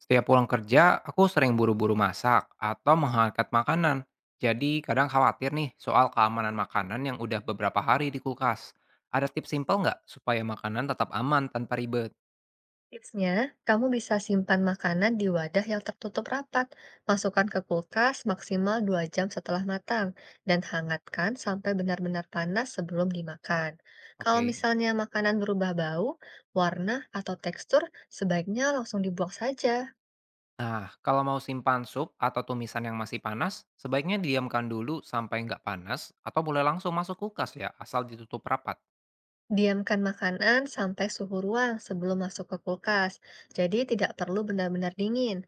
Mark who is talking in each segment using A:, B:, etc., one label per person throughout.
A: Setiap pulang kerja, aku sering buru-buru masak atau menghangat makanan. Jadi kadang khawatir nih soal keamanan makanan yang udah beberapa hari di kulkas. Ada tips simpel nggak supaya makanan tetap aman tanpa ribet?
B: Tipsnya, kamu bisa simpan makanan di wadah yang tertutup rapat, masukkan ke kulkas maksimal 2 jam setelah matang, dan hangatkan sampai benar-benar panas sebelum dimakan. Kalau
A: Oke.
B: misalnya makanan berubah bau, warna, atau tekstur, sebaiknya langsung dibuang saja.
A: Nah, kalau mau simpan sup atau tumisan yang masih panas, sebaiknya diamkan dulu sampai nggak panas atau boleh langsung masuk kulkas ya, asal ditutup rapat.
B: Diamkan makanan sampai suhu ruang sebelum masuk ke kulkas, jadi tidak perlu benar-benar dingin.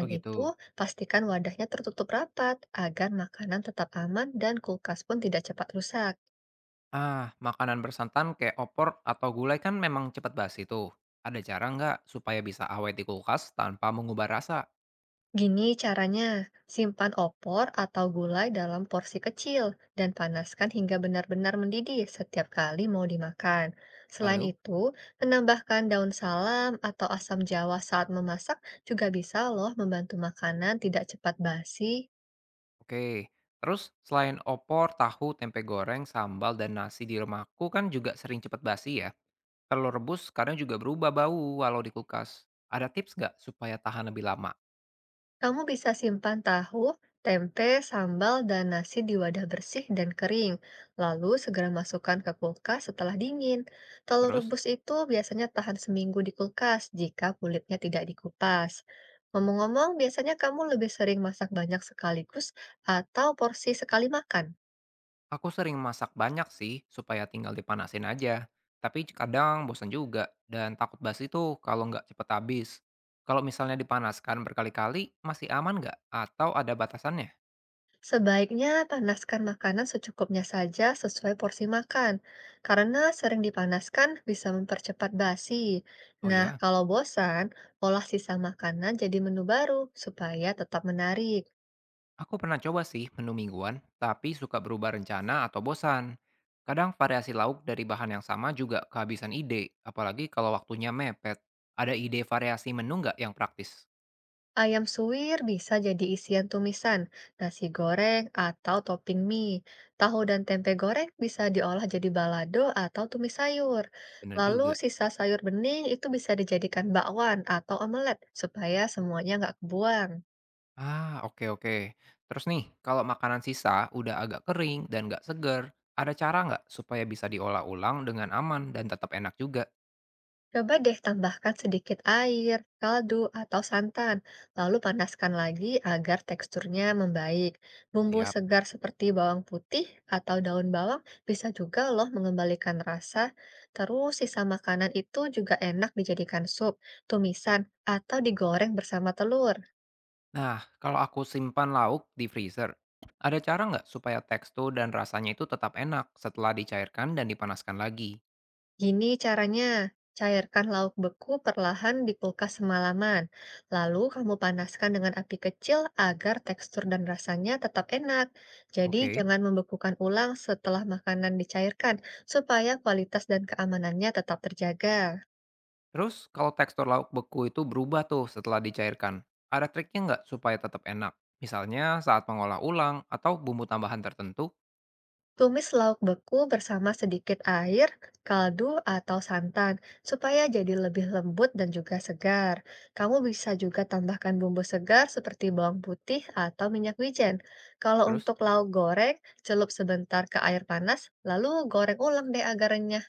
A: Oh
B: itu,
A: gitu.
B: pastikan wadahnya tertutup rapat agar makanan tetap aman dan kulkas pun tidak cepat rusak.
A: Ah, makanan bersantan kayak opor atau gulai kan memang cepat basi tuh. Ada cara nggak supaya bisa awet di kulkas tanpa mengubah rasa?
B: Gini caranya, simpan opor atau gulai dalam porsi kecil dan panaskan hingga benar-benar mendidih setiap kali mau dimakan. Selain
A: Lalu?
B: itu, menambahkan daun salam atau asam jawa saat memasak juga bisa loh membantu makanan tidak cepat basi.
A: Oke, terus selain opor, tahu, tempe goreng, sambal, dan nasi di rumahku kan juga sering cepat basi ya. Telur rebus kadang juga berubah bau walau di kulkas. Ada tips nggak supaya tahan lebih lama?
B: Kamu bisa simpan tahu, tempe, sambal, dan nasi di wadah bersih dan kering, lalu segera masukkan ke kulkas setelah dingin. Telur
A: Terus?
B: rebus itu biasanya tahan seminggu di kulkas jika kulitnya tidak dikupas. Ngomong-ngomong, biasanya kamu lebih sering masak banyak sekaligus atau porsi sekali makan?
A: Aku sering masak banyak sih supaya tinggal dipanasin aja. Tapi kadang bosan juga dan takut basi tuh kalau nggak cepet habis. Kalau misalnya dipanaskan berkali-kali, masih aman nggak? Atau ada batasannya?
B: Sebaiknya panaskan makanan secukupnya saja sesuai porsi makan, karena sering dipanaskan bisa mempercepat basi.
A: Oh
B: Nah,
A: ya,
B: kalau bosan, olah sisa makanan jadi menu baru supaya tetap menarik.
A: aku pernah coba sih menu mingguan, tapi suka berubah rencana atau bosan. Kadang variasi lauk dari bahan yang sama juga kehabisan ide, apalagi kalau waktunya mepet. Ada ide variasi menu nggak yang praktis?
B: Ayam suwir bisa jadi isian tumisan, nasi goreng, atau topping mie. Tahu dan tempe goreng bisa diolah jadi balado atau tumis sayur.
A: Bener
B: Lalu
A: juga.
B: sisa sayur bening itu bisa dijadikan bakwan atau omelet supaya semuanya nggak kebuang.
A: Ah, oke oke. Terus nih, kalau makanan sisa udah agak kering dan nggak seger, ada cara nggak supaya bisa diolah ulang dengan aman dan tetap enak juga?
B: Coba deh tambahkan sedikit air, kaldu, atau santan, lalu panaskan lagi agar teksturnya membaik. Bumbu
A: Siap.
B: segar seperti bawang putih atau daun bawang bisa juga loh mengembalikan rasa. Terus sisa makanan itu juga enak dijadikan sup, tumisan, atau digoreng bersama telur.
A: Nah, kalau aku simpan lauk di freezer, ada cara nggak supaya tekstur dan rasanya itu tetap enak setelah dicairkan dan dipanaskan lagi?
B: Gini caranya, cairkan lauk beku perlahan di kulkas semalaman. Lalu kamu panaskan dengan api kecil agar tekstur dan rasanya tetap enak. Jadi
A: Oke.
B: jangan membekukan ulang setelah makanan dicairkan supaya kualitas dan keamanannya tetap terjaga.
A: Terus, kalau tekstur lauk beku itu berubah tuh setelah dicairkan, ada triknya nggak supaya tetap enak? Misalnya saat mengolah ulang atau bumbu tambahan tertentu?
B: Tumis lauk beku bersama sedikit air, kaldu, atau santan supaya jadi lebih lembut dan juga segar. Kamu bisa juga tambahkan bumbu segar seperti bawang putih atau minyak wijen. Kalau
A: Terus?
B: untuk lauk goreng, celup sebentar ke air panas, lalu goreng ulang deh agar renyah.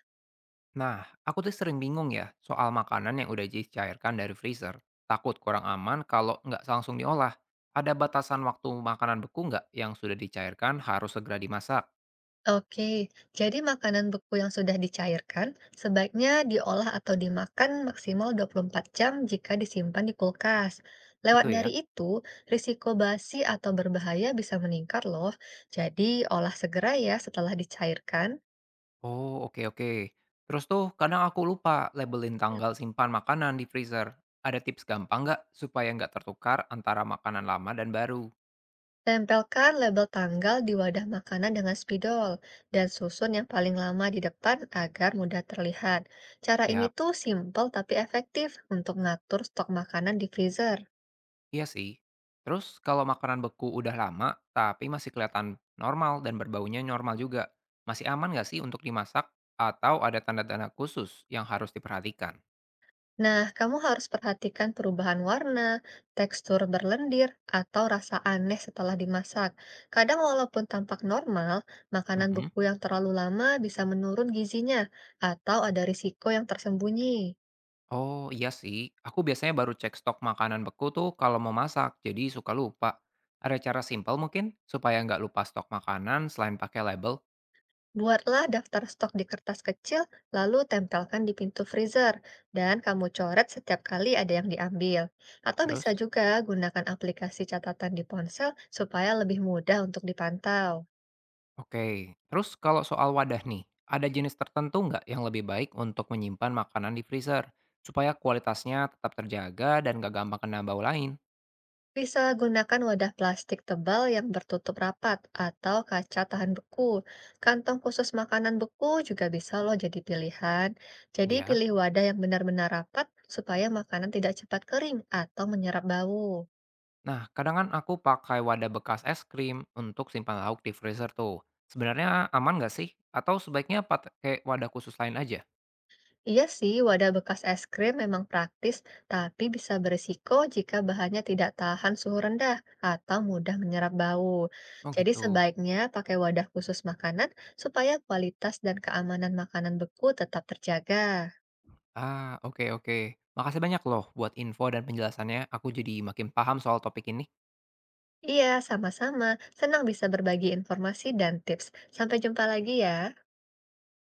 A: Nah, aku tuh sering bingung ya soal makanan yang udah dicairkan dari freezer. Takut kurang aman kalau nggak langsung diolah. Ada batasan waktu makanan beku nggak yang sudah dicairkan harus segera dimasak?
B: Oke, jadi makanan beku yang sudah dicairkan sebaiknya diolah atau dimakan maksimal 24 jam jika disimpan di kulkas. Lewat
A: Itu ya.
B: dari itu, risiko basi atau berbahaya bisa meningkat loh. Jadi, olah segera ya setelah dicairkan.
A: Oh, oke oke. Terus tuh kadang aku lupa labelin tanggal simpan makanan di freezer. Ada tips gampang nggak supaya nggak tertukar antara makanan lama dan baru?
B: Tempelkan label tanggal di wadah makanan dengan spidol dan susun yang paling lama di depan agar mudah terlihat. Cara ini
A: Siap.
B: tuh simpel tapi efektif untuk ngatur stok makanan di freezer.
A: Iya sih. Terus kalau makanan beku udah lama tapi masih kelihatan normal dan berbaunya normal juga, masih aman nggak sih untuk dimasak atau ada tanda-tanda khusus yang harus diperhatikan?
B: Nah, kamu harus perhatikan perubahan warna, tekstur berlendir, atau rasa aneh setelah dimasak. Kadang walaupun tampak normal, makanan
A: Mm-mm.
B: beku yang terlalu lama bisa menurun gizinya, atau ada risiko yang tersembunyi.
A: Oh iya sih, aku biasanya baru cek stok makanan beku tuh kalau mau masak, jadi suka lupa. Ada cara simpel mungkin supaya nggak lupa stok makanan selain pakai label?
B: Buatlah daftar stok di kertas kecil, lalu tempelkan di pintu freezer, dan kamu coret setiap kali ada yang diambil. Atau bisa
A: Terus?
B: juga gunakan aplikasi catatan di ponsel supaya lebih mudah untuk dipantau.
A: Oke, terus kalau soal wadah nih, ada jenis tertentu nggak yang lebih baik untuk menyimpan makanan di freezer? Supaya kualitasnya tetap terjaga dan nggak gampang kena bau lain.
B: Bisa gunakan wadah plastik tebal yang bertutup rapat atau kaca tahan beku. Kantong khusus makanan beku juga bisa loh jadi pilihan. Jadi
A: Ya,
B: pilih wadah yang benar-benar rapat supaya makanan tidak cepat kering atau menyerap bau.
A: nah kadang kan aku pakai wadah bekas es krim untuk simpan lauk di freezer tuh. Sebenarnya aman nggak sih? Atau sebaiknya pakai wadah khusus lain aja?
B: Iya sih, wadah bekas es krim memang praktis, tapi bisa berisiko jika bahannya tidak tahan suhu rendah atau mudah menyerap bau.
A: Oh
B: Jadi
A: gitu.
B: sebaiknya pakai wadah khusus makanan supaya kualitas dan keamanan makanan beku tetap terjaga.
A: Ah, oke oke. Makasih banyak loh buat info dan penjelasannya. Aku jadi makin paham soal topik ini.
B: Iya, sama-sama. Senang bisa berbagi informasi dan tips. Sampai jumpa lagi ya.